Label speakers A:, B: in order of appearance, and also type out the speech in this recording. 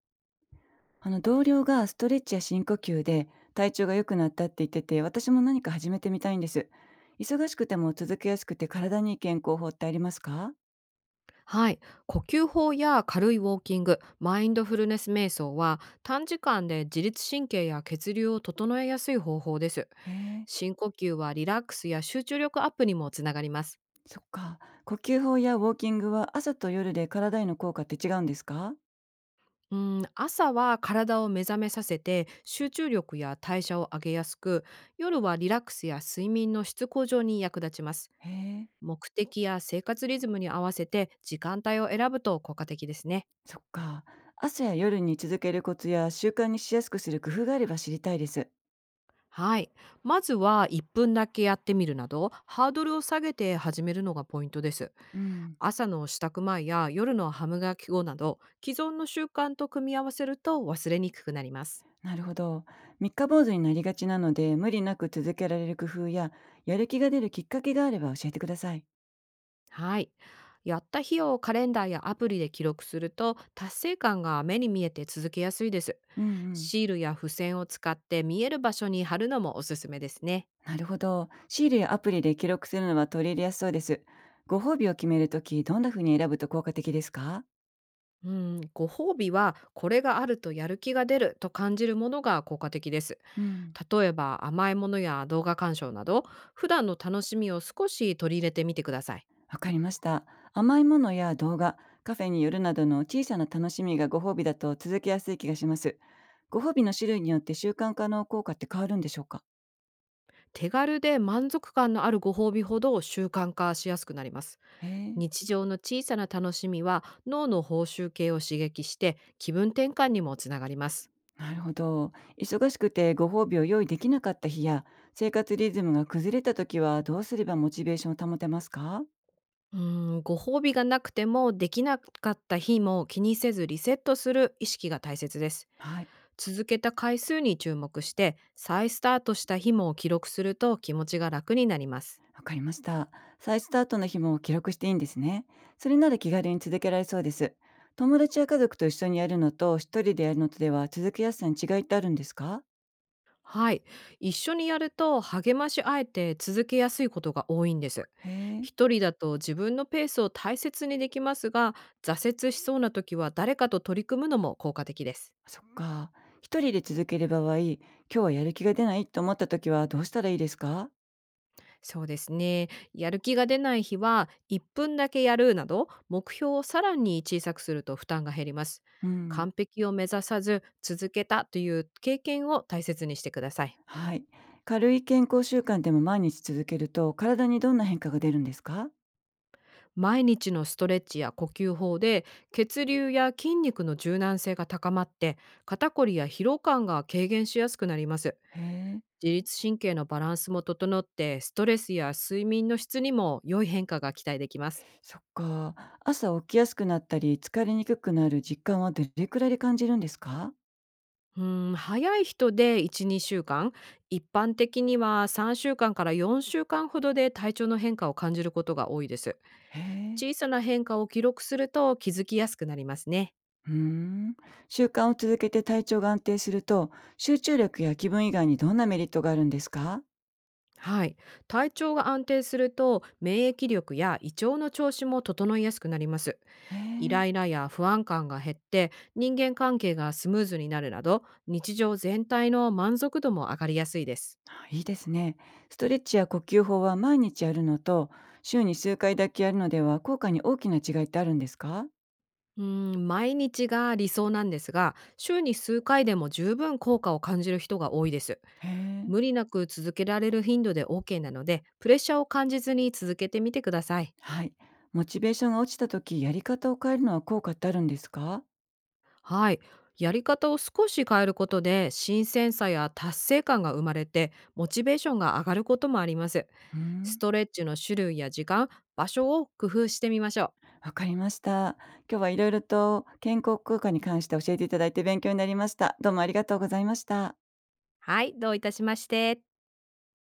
A: 同僚がストレッチや深呼吸で体調が良くなったって言ってて、私も何か始めてみたいんです。忙しくても続けやすくて体にいい健康法ってありますか？
B: はい、呼吸法や軽いウォーキングマインドフルネス瞑想は短時間で自律神経や血流を整えやすい方法です。
A: へえ、
B: 深呼吸はリラックスや集中力アップにもつながります。
A: そっか。呼吸法やウォーキングは朝と夜で体への効果って違うんですか？
B: うん、朝は体を目覚めさせて集中力や代謝を上げやすく、夜はリラックスや睡眠の質向上に役立ちます。
A: へえ、
B: 目的や生活リズムに合わせて時間帯を選ぶと効果的ですね。
A: そっか。朝や夜に続けるコツや習慣にしやすくする工夫があれば知りたいです。
B: はい。まずは1分だけやってみるなど、ハードルを下げて始めるのがポイントです。
A: うん、
B: 朝の支度前や夜の歯磨き後など、既存の習慣と組み合わせると忘れにくくなります。
A: なるほど。三日坊主になりがちなので無理なく続けられる工夫ややる気が出るきっかけがあれば教えてください。
B: はい。やった日をカレンダーやアプリで記録すると、達成感が目に見えて続けやすいです。
A: うんうん。
B: シールや付箋を使って見える場所に貼るのもおすすめですね。
A: なるほど。シールやアプリで記録するのは取り入れやすそうです。ご褒美を決めるとき、どんな風に選ぶと効果的ですか？
B: うん、ご褒美はこれがあるとやる気が出ると感じるものが効果的です。
A: うん。
B: 例えば甘いものや動画鑑賞など、普段の楽しみを少し取り入れてみてください。
A: わかりました。甘いものや動画、カフェに寄るなどの小さな楽しみがご褒美だと続けやすい気がします。ご褒美の種類によって習慣化の効果って変わるんでしょうか？
B: 手軽で満足感のあるご褒美ほど習慣化しやすくなります。
A: へえ。
B: 日常の小さな楽しみは脳の報酬系を刺激して気分転換にもつながります。
A: なるほど。忙しくてご褒美を用意できなかった日や、生活リズムが崩れたときはどうすればモチベーションを保てますか？
B: うーご褒美がなくてもできなかった日も気にせずリセットする意識が大切です。
A: はい。
B: 続けた回数に注目して再スタートした日も記録すると気持ちが楽になります。
A: わかりました。再スタートの日も記録していいんですね。それなら気軽に続けられそうです。友達や家族と一緒にやるのと一人でやるのとでは続けやすさに違いってあるんですか？
B: はい。一緒にやると励まし合えて続けやすいことが多いんです。
A: へえ、
B: 一人だと自分のペースを大切にできますが、挫折しそうな時は誰かと取り組むのも効果的です。
A: そっか。一人で続ける場合、今日はやる気が出ないと思った時はどうしたらいいですか？
B: そうですね。やる気が出ない日は1分だけやるなど目標をさらに小さくすると負担が減ります。
A: うん。
B: 完璧を目指さず続けたという経験を大切にしてください。
A: はい。軽い健康習慣でも毎日続けると体にどんな変化が出るんですか？
B: 毎日のストレッチや呼吸法で血流や筋肉の柔軟性が高まって、肩こりや疲労感が軽減しやすくなります。
A: へえ、
B: 自律神経のバランスも整ってストレスや睡眠の質にも良い変化が期待できます。
A: そっか。朝起きやすくなったり疲れにくくなる実感はどれくらいで感じるんですか？
B: 早い人で12週間、一般的には3週間から4週間ほどで体調の変化を感じることが多いです。
A: へえ。
B: 小さな変化を記録すると気づきやすくなりますね。
A: うーん。習慣を続けて体調が安定すると、集中力や気分以外にどんなメリットがあるんですか？
B: はい、体調が安定すると免疫力や胃腸の調子も整いやすくなります。
A: へ
B: イ
A: え。
B: ライラや不安感が減って人間関係がスムーズになるなど、日常全体の満足度も上がりやすいです。
A: あ、いいですね。ストレッチや呼吸法は毎日やるのと、週に数回だけやるのでは効果に大きな違いってあるんですか？
B: うー毎日が理想なんですが、週に数回でも十分効果を感じる人が多いです。
A: へえ。
B: 無理なく続けられる頻度で OK なので、プレッシャーを感じずに続けてみてください。
A: はい。モチベーションが落ちた時、やり方を変えるのは効果ってあるんですか？
B: はい。やり方を少し変えることで新鮮さや達成感が生まれて、モチベーションが上がることもあります。
A: うー
B: ス
A: ん。
B: トレッチの種類や時間、場所を工夫してみましょう。
A: わかりました。今日はいろいろと健康効果に関して教えていただいて勉強になりました。どうもありがとうございました。
B: はい、どういたしまして。